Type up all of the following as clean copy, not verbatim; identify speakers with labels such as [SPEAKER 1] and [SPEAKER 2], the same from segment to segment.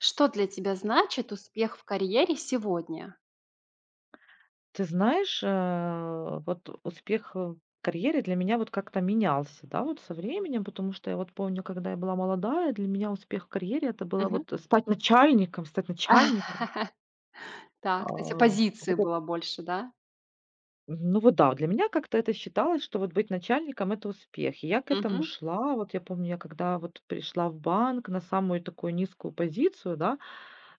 [SPEAKER 1] Что для тебя значит успех в карьере сегодня?
[SPEAKER 2] Ты знаешь, вот успех в карьере для меня вот как-то менялся, да, вот со временем, потому что я вот помню, когда я была молодая, для меня успех в карьере это было
[SPEAKER 1] Мгм.
[SPEAKER 2] вот стать начальником, стать начальником. А,
[SPEAKER 1] Так, то есть оппозиции
[SPEAKER 2] вот это-
[SPEAKER 1] было больше, да?
[SPEAKER 2] ну вот да, для меня как-то это считалось, что вот быть начальником это успех. И я к этому
[SPEAKER 1] Мгм.
[SPEAKER 2] шла, вот я помню, я когда вот пришла в банк на самую такую низкую позицию, да,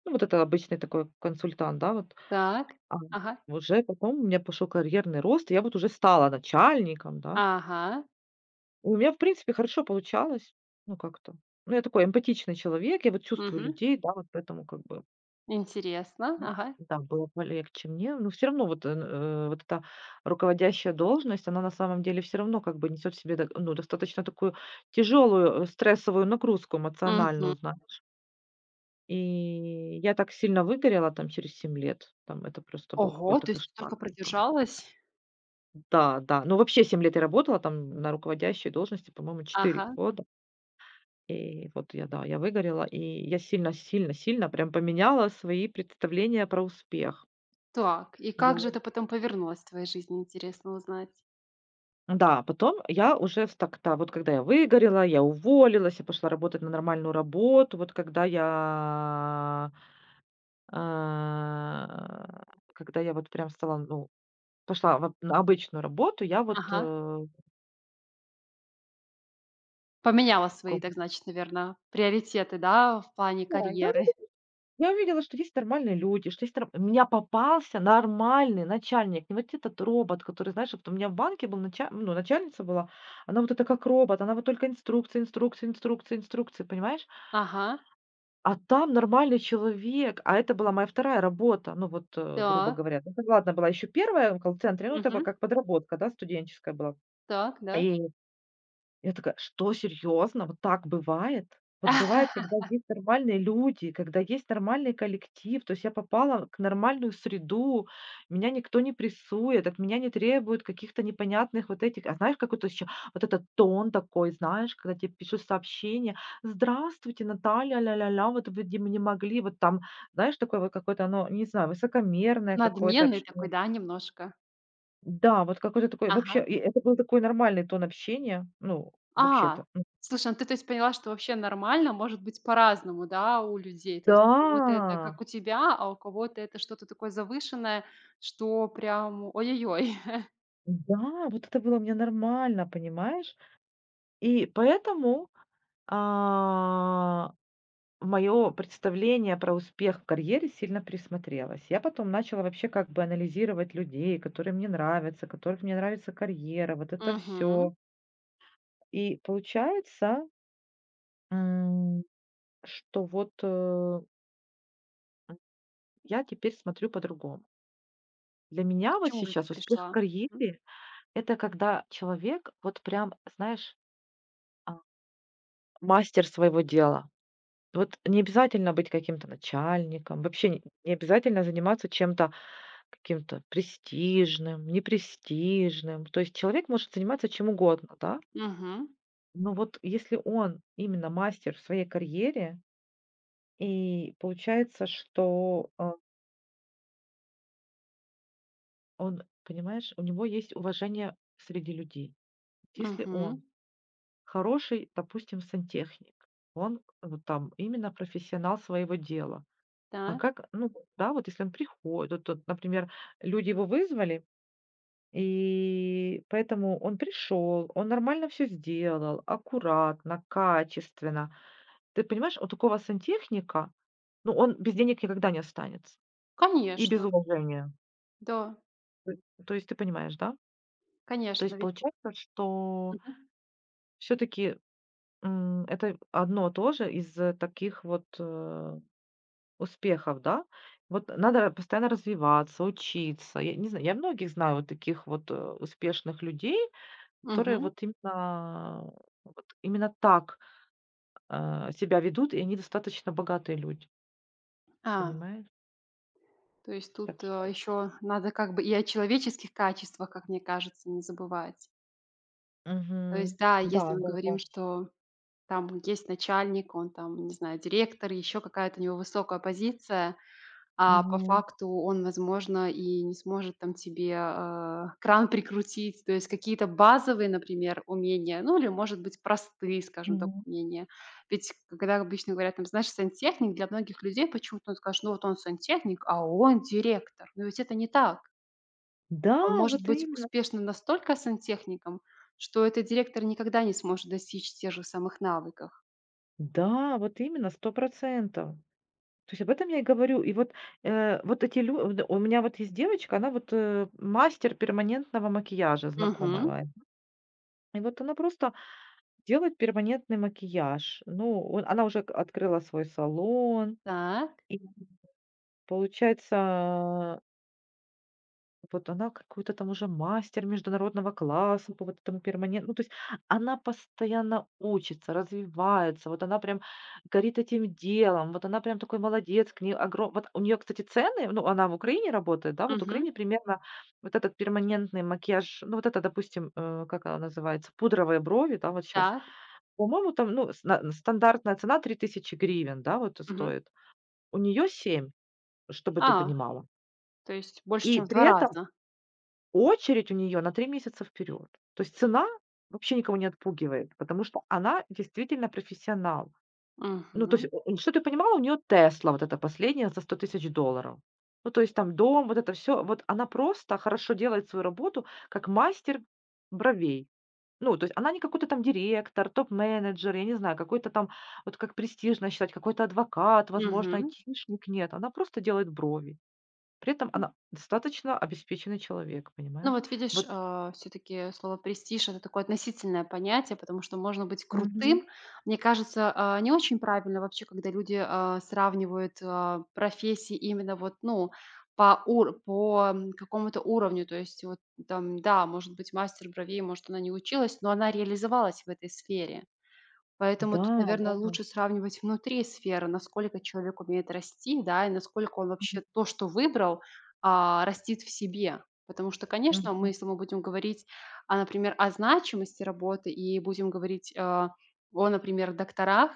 [SPEAKER 2] ну вот это обычный такой консультант, да, вот.
[SPEAKER 1] Так.
[SPEAKER 2] А,
[SPEAKER 1] Ага.
[SPEAKER 2] Уже потом у меня пошел карьерный рост, и я вот уже стала начальником, да.
[SPEAKER 1] Ага.
[SPEAKER 2] У меня, в принципе, хорошо получалось, ну, как-то. Ну, я такой эмпатичный человек, я вот чувствую
[SPEAKER 1] Мгм.
[SPEAKER 2] людей, да, вот поэтому как бы,
[SPEAKER 1] Интересно. Ага.
[SPEAKER 2] да, было полегче мне. Но все равно вот, вот эта руководящая должность, она на самом деле все равно как бы несет в себе, ну, достаточно такую тяжелую стрессовую нагрузку
[SPEAKER 1] Мгм.
[SPEAKER 2] эмоциональную, знаешь. И я так сильно выгорела там через 7 лет, там это просто был
[SPEAKER 1] Ого,
[SPEAKER 2] какой-то
[SPEAKER 1] то есть только
[SPEAKER 2] кошмар.
[SPEAKER 1] продержалась?
[SPEAKER 2] Да, да. Ну, вообще 7 лет я работала там на руководящей должности, по-моему, четыре
[SPEAKER 1] Ага.
[SPEAKER 2] года. И вот я, да, я выгорела, и я сильно сильно сильно прям поменяла свои представления про успех.
[SPEAKER 1] Так, и
[SPEAKER 2] Я
[SPEAKER 1] как же это потом повернулось в твоей жизни, интересно узнать?
[SPEAKER 2] Да, потом я уже с так-то вот когда я выгорела, я уволилась, я пошла работать на нормальную работу. Вот когда я, а, когда я вот прям стала, ну, пошла в на обычную работу, я вот,
[SPEAKER 1] Ага.
[SPEAKER 2] э,
[SPEAKER 1] Поменяла
[SPEAKER 2] ком
[SPEAKER 1] свои, так значит, наверное, приоритеты, да, в плане
[SPEAKER 2] да, я
[SPEAKER 1] карьеры?
[SPEAKER 2] Я увидела, что есть нормальные люди, что есть нар у меня попался нормальный начальник, не вот этот робот, который, знаешь, вот у меня в банке был нача ну, начальница была, она вот это как робот, она вот только инструкции, инструкции, инструкции, инструкции, понимаешь?
[SPEAKER 1] Ага.
[SPEAKER 2] А там нормальный человек, а это была моя вторая работа, ну вот, грубо
[SPEAKER 1] Так.
[SPEAKER 2] говоря. Ну, ладно, была еще первая в колл-центре, ну, это была
[SPEAKER 1] Мгм.
[SPEAKER 2] как подработка, да, студенческая была.
[SPEAKER 1] Так, да.
[SPEAKER 2] И я такая: "Что, серьезно? Вот так бывает?" Вот бывает, когда есть нормальные люди, когда есть нормальный коллектив. То есть я попала к нормальную среду, меня никто не прессует, от меня не требуют каких-то непонятных вот этих. А знаешь, какой-то еще вот этот тон такой, знаешь, когда тебе пишут сообщение: "Здравствуйте, Наталья, ля-ля-ля, вот вы где мы не могли". Вот там, знаешь, такое вот какое-то оно, не знаю, высокомерное какое-то
[SPEAKER 1] Надменный такой,
[SPEAKER 2] общение.
[SPEAKER 1] да, немножко?
[SPEAKER 2] Да, вот какой-то такой
[SPEAKER 1] Ага.
[SPEAKER 2] вообще, и это был такой нормальный тон общения, ну,
[SPEAKER 1] А,
[SPEAKER 2] вообще-то.
[SPEAKER 1] слушай, ну ты, то есть, поняла, что вообще нормально может быть по-разному, да, у людей. То есть
[SPEAKER 2] Да,
[SPEAKER 1] у кого-то это как у тебя, а у кого-то это что-то такое завышенное, что прям ой-ой-ой.
[SPEAKER 2] да, вот это было мне нормально, понимаешь? И поэтому, мое представление про успех в карьере сильно присмотрелось. Я потом начала вообще как бы анализировать людей, которые мне нравятся, которых мне нравится карьера, вот это
[SPEAKER 1] Мгм.
[SPEAKER 2] все. И получается, м, что вот, я теперь смотрю по-другому. Для меня
[SPEAKER 1] К
[SPEAKER 2] вот
[SPEAKER 1] чему же ты
[SPEAKER 2] сейчас успех в
[SPEAKER 1] пришла? Мгм.
[SPEAKER 2] карьере — это когда человек вот прям, знаешь, а мастер своего дела. Вот не обязательно быть каким-то начальником, вообще не обязательно заниматься чем-то каким-то престижным, непрестижным. То есть человек может заниматься чем угодно, да.
[SPEAKER 1] Мгм.
[SPEAKER 2] Но вот если он именно мастер в своей карьере, и получается, что, он, понимаешь, у него есть уважение среди людей. Если
[SPEAKER 1] Мгм.
[SPEAKER 2] он хороший, допустим, сантехник, он, там именно профессионал своего дела. А
[SPEAKER 1] Так.
[SPEAKER 2] как, ну Да, вот если он приходит, вот тут, например, люди его вызвали, и поэтому он пришел, он нормально все сделал, аккуратно, качественно. Ты понимаешь, вот у такого сантехника, ну, он без денег никогда не останется и без
[SPEAKER 1] Конечно.
[SPEAKER 2] уважения.
[SPEAKER 1] Да,
[SPEAKER 2] Т То есть ты понимаешь, да? То
[SPEAKER 1] конечно,
[SPEAKER 2] есть
[SPEAKER 1] ведь
[SPEAKER 2] получается, что
[SPEAKER 1] Мгм.
[SPEAKER 2] все таки это одно тоже из таких вот, успехов, да? Вот надо постоянно развиваться, учиться. Я не знаю, я многих знаю вот таких вот, успешных людей, которые
[SPEAKER 1] Мгм.
[SPEAKER 2] вот именно так, себя ведут, и они достаточно богатые люди,
[SPEAKER 1] А,
[SPEAKER 2] понимаешь?
[SPEAKER 1] то есть тут,
[SPEAKER 2] Так что.
[SPEAKER 1] еще надо как бы и о человеческих качествах, как мне кажется, не забывать. То есть,
[SPEAKER 2] Мгм.
[SPEAKER 1] да, если
[SPEAKER 2] Да,
[SPEAKER 1] мы
[SPEAKER 2] да,
[SPEAKER 1] говорим,
[SPEAKER 2] да.
[SPEAKER 1] что там есть начальник, он там, не знаю, директор, еще какая-то у него высокая позиция, а по
[SPEAKER 2] Мгм.
[SPEAKER 1] факту он, возможно, и не сможет там тебе кран прикрутить, то есть какие-то базовые, например, умения, ну или, может быть, простые, скажем так,
[SPEAKER 2] Мгм.
[SPEAKER 1] умения. Ведь когда обычно говорят, там, знаешь, сантехник, для многих людей почему-то он скажет, ну вот он сантехник, а он директор. Но ведь это не так. Он
[SPEAKER 2] Да,
[SPEAKER 1] может
[SPEAKER 2] вот
[SPEAKER 1] быть
[SPEAKER 2] именно.
[SPEAKER 1] успешным настолько сантехником, что этот директор никогда не сможет достичь тех же самых навыков.
[SPEAKER 2] Да, вот именно, 100%. То есть об этом я и говорю. И вот, вот эти люди, у меня вот есть девочка, она вот, мастер перманентного макияжа, знакомая
[SPEAKER 1] Мгм.
[SPEAKER 2] моя. И вот она просто делает перманентный макияж. Ну, он она уже к открыла свой салон,
[SPEAKER 1] Так.
[SPEAKER 2] и получается, вот она какой-то там уже мастер международного класса по вот этому перманент ну, то есть она постоянно учится, развивается, вот она прям горит этим делом, вот она прям такой молодец, к ней огром вот у нее, кстати, цены, ну, она в Украине работает, да, вот в
[SPEAKER 1] Мгм.
[SPEAKER 2] Украине примерно вот этот перманентный макияж, ну, вот это, допустим, как она называется, пудровые брови, да, вот сейчас.
[SPEAKER 1] Так.
[SPEAKER 2] По-моему, там, ну, сна стандартная цена 3000 гривен, да, вот и
[SPEAKER 1] Мгм.
[SPEAKER 2] стоит. У нее 7, чтобы ты
[SPEAKER 1] А,
[SPEAKER 2] понимала.
[SPEAKER 1] то есть больше,
[SPEAKER 2] И
[SPEAKER 1] чем в
[SPEAKER 2] при
[SPEAKER 1] 2
[SPEAKER 2] этом
[SPEAKER 1] раза.
[SPEAKER 2] очередь у нее на 3 месяца вперед. То есть цена вообще никого не отпугивает, потому что она действительно профессионал. Ну, то есть,
[SPEAKER 1] Мгм.
[SPEAKER 2] чтоб ты понимала, у нее "Тесла" вот эта последняя за 100 000 долларов. Ну, то есть там дом, вот это все. Вот она просто хорошо делает свою работу, как мастер бровей. Ну, то есть она не какой-то там директор, топ-менеджер, я не знаю, какой-то там, вот как престижно считать, какой-то адвокат, возможно,
[SPEAKER 1] Мгм.
[SPEAKER 2] айтишник. Нет, она просто делает брови. При этом она достаточно обеспеченный человек,
[SPEAKER 1] Ну
[SPEAKER 2] понимаешь?
[SPEAKER 1] вот видишь,
[SPEAKER 2] Вот.
[SPEAKER 1] все таки слово "престиж" — это такое относительное понятие, потому что можно быть
[SPEAKER 2] Мгм.
[SPEAKER 1] крутым. Мне кажется, а, не очень правильно вообще, когда люди, а, сравнивают, а, профессии именно вот, ну, по ур по, м, какому-то уровню. То есть вот там, да, может быть, мастер бровей, может, она не училась, но она реализовалась в этой сфере. Поэтому
[SPEAKER 2] Да,
[SPEAKER 1] тут, наверное,
[SPEAKER 2] да.
[SPEAKER 1] лучше сравнивать внутри сферы, насколько человек умеет расти, да, и насколько он
[SPEAKER 2] Мгм.
[SPEAKER 1] вообще то, что выбрал, а, растит в себе. Потому что, конечно, мы,
[SPEAKER 2] Мгм.
[SPEAKER 1] если мы будем говорить, а, например, о значимости работы и будем говорить, а, о, например, докторах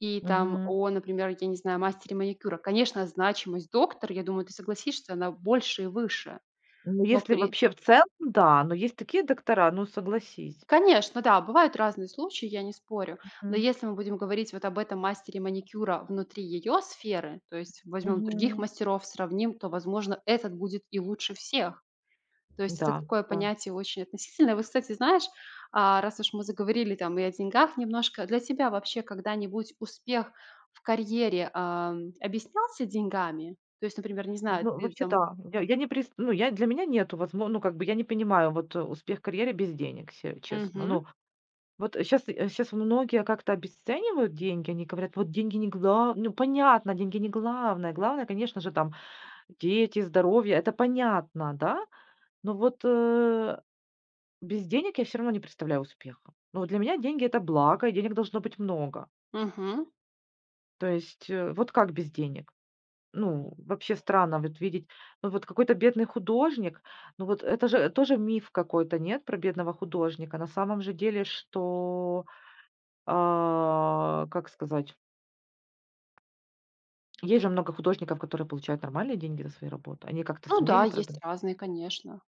[SPEAKER 1] и там
[SPEAKER 2] Мгм.
[SPEAKER 1] о, например, я не знаю, мастере маникюра. Конечно, значимость доктора, я думаю, ты согласишься, она больше и выше,
[SPEAKER 2] Ну,
[SPEAKER 1] но
[SPEAKER 2] если
[SPEAKER 1] при
[SPEAKER 2] вообще в целом, да, но есть такие доктора, ну согласись.
[SPEAKER 1] Конечно, да, бывают разные случаи, я не спорю. Но
[SPEAKER 2] Мгм.
[SPEAKER 1] если мы будем говорить вот об этом мастере маникюра внутри ее сферы, то есть возьмем других
[SPEAKER 2] Мгм.
[SPEAKER 1] мастеров, сравним, то, возможно, этот будет и лучше всех. То есть это
[SPEAKER 2] Да,
[SPEAKER 1] такое
[SPEAKER 2] да.
[SPEAKER 1] понятие очень относительное. Вы, кстати, знаешь, а, раз уж мы заговорили там и о деньгах немножко, для тебя вообще когда-нибудь успех в карьере ам, объяснялся деньгами? То есть, например, не знаю,
[SPEAKER 2] Ну,
[SPEAKER 1] ты
[SPEAKER 2] вообще,
[SPEAKER 1] там...
[SPEAKER 2] да. Я не прис- ну, я, для меня нету возможно, ну, как бы я не понимаю, вот успех в карьере без денег, честно.
[SPEAKER 1] Мгм,
[SPEAKER 2] Ну, вот сейчас многие как-то обесценивают деньги. Они говорят: "Вот деньги не гла". Ну, понятно, деньги не главное. Главное, конечно же, там дети, здоровье — это понятно, да. Но вот, без денег я все равно не представляю успеха. Ну, вот для меня деньги — это благо, и денег должно быть много.
[SPEAKER 1] мгм.
[SPEAKER 2] То есть, вот как без денег? Ну, вообще странно вот видеть, ну, вот какой-то бедный художник. Ну, вот это же тоже миф какой-то, нет, про бедного художника? На самом же деле, что, как сказать. Есть же много художников, которые получают нормальные деньги за свои работы. Они как-то
[SPEAKER 1] Ну да,
[SPEAKER 2] сумели
[SPEAKER 1] есть
[SPEAKER 2] продать.
[SPEAKER 1] разные, конечно.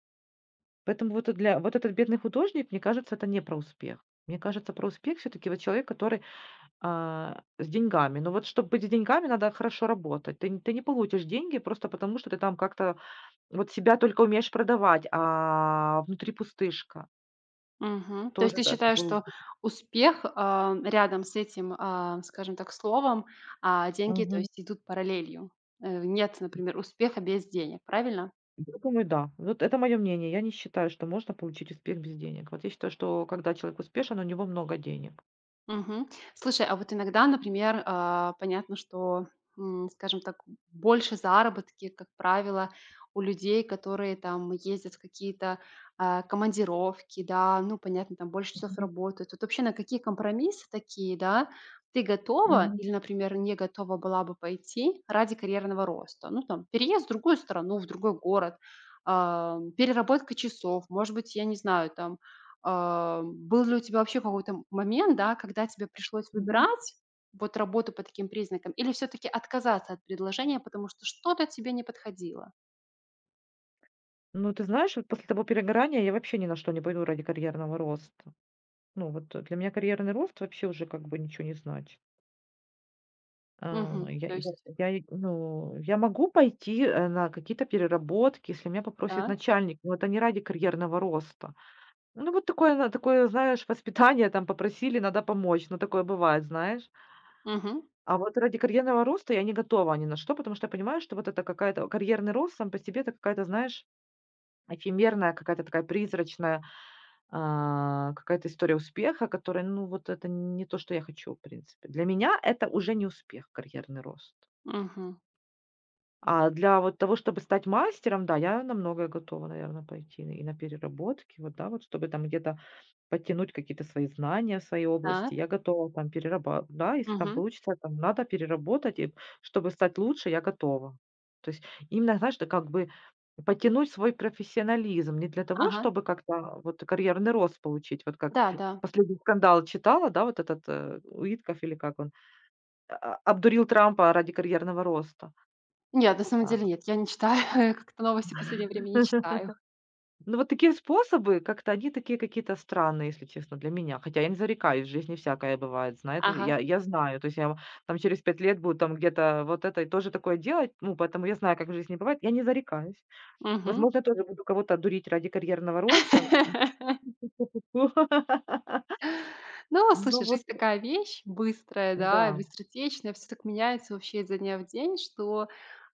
[SPEAKER 2] Поэтому вот, для вот этот бедный художник, мне кажется, это не про успех. Мне кажется, про успех все-таки вот человек, который, с деньгами. Но вот чтобы быть с деньгами, надо хорошо работать. Ты не получишь деньги просто потому, что ты там как-то вот себя только умеешь продавать, а внутри пустышка.
[SPEAKER 1] Мгм. То есть
[SPEAKER 2] Тоже
[SPEAKER 1] ты
[SPEAKER 2] так не
[SPEAKER 1] считаешь, что
[SPEAKER 2] получится.
[SPEAKER 1] успех, а, рядом с этим, а, скажем так, словом, а деньги, то
[SPEAKER 2] Мгм.
[SPEAKER 1] есть идут параллелью? Нет, например, успеха без денег, правильно?
[SPEAKER 2] Я думаю, да. Вот это мое мнение. Я не считаю, что можно получить успех без денег. Вот я считаю, что когда человек успешен, у него много денег.
[SPEAKER 1] Мгм. Слушай, а вот иногда, например, а, понятно, что, м, скажем так, больше заработки, как правило, у людей, которые там ездят в какие-то а, командировки, да, ну, понятно, там больше часов
[SPEAKER 2] Мгм.
[SPEAKER 1] работают. Вот вообще на какие компромиссы такие, да, ты готова
[SPEAKER 2] Мгм.
[SPEAKER 1] или, например, не готова была бы пойти ради карьерного роста? Ну, там, переезд в другую страну, в другой город, а, переработка часов, может быть, я не знаю, там, а, был ли у тебя вообще какой-то момент, да, когда тебе пришлось
[SPEAKER 2] Мгм.
[SPEAKER 1] выбирать вот работу по таким признакам или все таки отказаться от предложения, потому что что-то тебе не подходило?
[SPEAKER 2] Ну, ты знаешь, вот после того перегорания я вообще ни на что не пойду ради карьерного роста. Ну, вот, для меня карьерный рост вообще уже как бы ничего не значит. А,
[SPEAKER 1] Мгм. То есть
[SPEAKER 2] я и Ну, я могу пойти, на какие-то переработки, если меня попросит
[SPEAKER 1] да,
[SPEAKER 2] начальник, но это не ради карьерного роста. Ну, вот такое на такое, знаешь, воспитание, там попросили, надо помочь, ну, такое бывает, знаешь.
[SPEAKER 1] мгм,
[SPEAKER 2] А вот ради карьерного роста я не готова ни на что, потому что я понимаю, что вот это какая-то карьерный рост сам по себе — это какая-то, знаешь, эфемерная, какая-то такая призрачная. Какая-то история успеха, которая, ну, вот это не то, что я хочу, в принципе. Для меня это уже не успех, карьерный рост.
[SPEAKER 1] мгм,
[SPEAKER 2] А для вот того, чтобы стать мастером, да, я на многое готова, наверное, пойти и на переработки, вот, да, вот, чтобы там где-то подтянуть какие-то свои знания в своей области.
[SPEAKER 1] так,
[SPEAKER 2] Я готова там перераба да, если там
[SPEAKER 1] мгм,
[SPEAKER 2] получится, там надо переработать, и чтобы стать лучше, я готова. То есть именно, знаешь, да, как бы подтянуть свой профессионализм не для того,
[SPEAKER 1] ага.
[SPEAKER 2] чтобы как-то вот карьерный рост получить. Вот как
[SPEAKER 1] Да, да.
[SPEAKER 2] последний скандал читала, да, вот этот, Уитков или как он, обдурил Трампа ради карьерного роста.
[SPEAKER 1] Нет, на самом
[SPEAKER 2] А.
[SPEAKER 1] деле нет, я не читаю, как-то новости в последнее время не читаю.
[SPEAKER 2] Ну, вот такие способы, как-то они такие какие-то странные, если честно, для меня. Хотя я не зарекаюсь, в жизни всякое бывает, знаешь,
[SPEAKER 1] Ага,
[SPEAKER 2] я знаю, то есть я там через 5 лет буду там где-то вот это и тоже такое делать, ну, поэтому я знаю, как в жизни бывает, я не зарекаюсь.
[SPEAKER 1] мгм.
[SPEAKER 2] Возможно, я тоже буду кого-то дурить ради карьерного роста.
[SPEAKER 1] Ну,
[SPEAKER 2] Ну,
[SPEAKER 1] слушай,
[SPEAKER 2] вот,
[SPEAKER 1] жизнь такая вещь быстрая, да, и
[SPEAKER 2] да,
[SPEAKER 1] быстротечная, все так меняется вообще изо дня в день, что,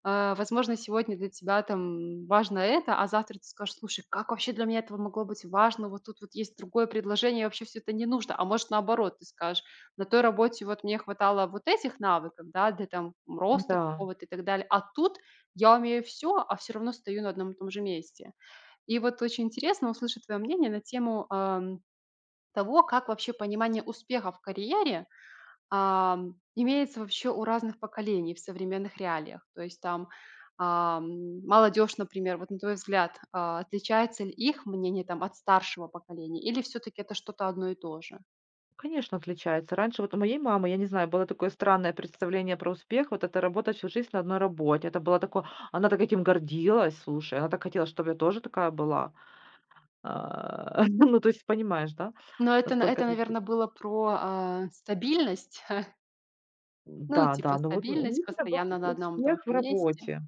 [SPEAKER 1] возможно, сегодня для тебя там важно это, а завтра ты скажешь: "Слушай, как вообще для меня этого могло быть важно? Вот тут вот есть другое предложение, вообще все это не нужно". А может, наоборот, ты скажешь: "На той работе вот мне хватало вот этих навыков, да, для там роста
[SPEAKER 2] да.
[SPEAKER 1] какого-то и так далее, а тут я умею все, а все равно стою на одном и том же месте". И вот очень интересно услышать твое мнение на тему, того, как вообще понимание успеха в карьере, ам, имеется вообще у разных поколений в современных реалиях. То есть там, ам, молодежь, например, вот на твой взгляд, а, отличается ли их мнение там от старшего поколения или все таки это что-то одно и то же?
[SPEAKER 2] Конечно, отличается. Раньше вот у моей мамы, я не знаю, было такое странное представление про успех, вот это работать всю жизнь на одной работе. Это было такое, она так этим гордилась, слушай, она так хотела, чтобы я тоже такая была. А, ну, то есть понимаешь, да,
[SPEAKER 1] Но это, на
[SPEAKER 2] насколько
[SPEAKER 1] это,
[SPEAKER 2] это...
[SPEAKER 1] наверное, было про, а, стабильность. Ну,
[SPEAKER 2] Да,
[SPEAKER 1] типа
[SPEAKER 2] да, ну вот у
[SPEAKER 1] стабильность
[SPEAKER 2] них это был
[SPEAKER 1] постоянно на одном и том
[SPEAKER 2] успех в
[SPEAKER 1] же месте.
[SPEAKER 2] работе.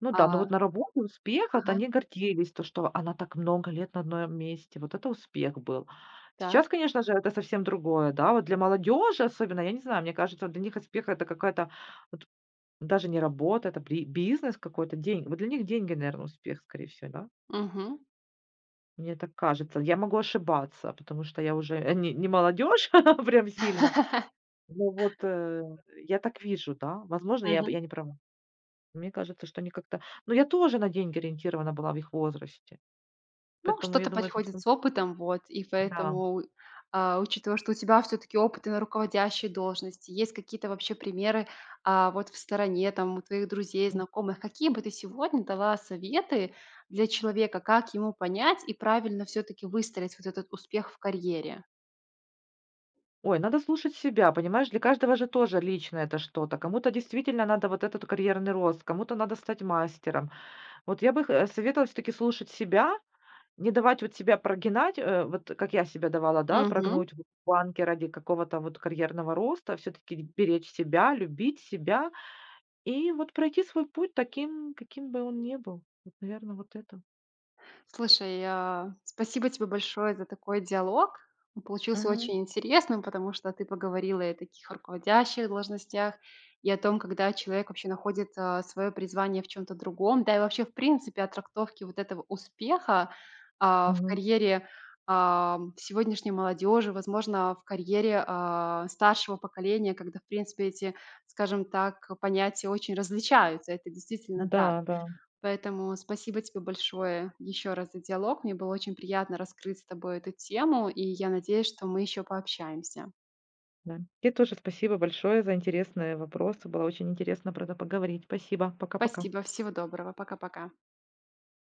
[SPEAKER 2] Ну да, ну
[SPEAKER 1] А,
[SPEAKER 2] вот на работе успех, вот
[SPEAKER 1] ага,
[SPEAKER 2] они гордились, то, что она так много лет на одном месте, вот это успех был. Сейчас,
[SPEAKER 1] так.
[SPEAKER 2] конечно же, это совсем другое, да, вот для молодежи особенно, я не знаю, мне кажется, вот для них успех это какая-то вот. Даже не работа, это бри бизнес какой-то, деньги. Вот для них деньги, наверное, успех, скорее всего, да?
[SPEAKER 1] Мгм.
[SPEAKER 2] Мне так кажется. Я могу ошибаться, потому что я уже, не молодежь прям сильно, но вот, я так вижу, да. Возможно,
[SPEAKER 1] Мгм.
[SPEAKER 2] я не права. Мне кажется, что они как-то, но я тоже на деньги ориентирована была в их возрасте,
[SPEAKER 1] Ну,
[SPEAKER 2] поэтому я
[SPEAKER 1] что-то
[SPEAKER 2] думаю, это
[SPEAKER 1] подходит
[SPEAKER 2] всё.
[SPEAKER 1] с опытом, вот, и
[SPEAKER 2] Да.
[SPEAKER 1] поэтому, а, учитывая, что у тебя все таки опыт и на руководящей должности, есть какие-то вообще примеры, а, вот в стороне, там, у твоих друзей,
[SPEAKER 2] М.
[SPEAKER 1] знакомых? Какие бы ты сегодня дала советы для человека, как ему понять и правильно все таки выстроить вот этот успех в карьере?
[SPEAKER 2] Ой, надо слушать себя, понимаешь? Для каждого же тоже лично это что-то. Кому-то действительно надо вот этот карьерный рост, кому-то надо стать мастером. Вот я бы х советовала все таки слушать себя. Не давать вот себя прогинать, вот как я себя давала, да, прогнуть в банке ради какого-то вот карьерного роста, все-таки беречь себя, любить себя и вот пройти свой путь таким, каким бы он ни был. Вот, наверное, вот это.
[SPEAKER 1] Слушай, а, спасибо тебе большое за такой диалог. Он получился
[SPEAKER 2] Мгм.
[SPEAKER 1] очень интересным, потому что ты поговорила и о таких руководящих должностях, и о том, когда человек вообще находит свое призвание в чем-то другом, да и вообще, в принципе, о трактовке вот этого успеха а, в
[SPEAKER 2] Мгм.
[SPEAKER 1] карьере а, сегодняшней молодежи, возможно, в карьере а, старшего поколения, когда, в принципе, эти, скажем так, понятия очень различаются. Это действительно так.
[SPEAKER 2] Да, да,
[SPEAKER 1] Поэтому спасибо тебе большое еще раз за диалог. Мне было очень приятно раскрыть с тобой эту тему, и я надеюсь, что мы еще пообщаемся.
[SPEAKER 2] да. Тебе тоже спасибо большое за интересные вопросы. Было очень интересно про это поговорить. Спасибо. Пока-пока.
[SPEAKER 1] Спасибо, всего доброго, пока-пока.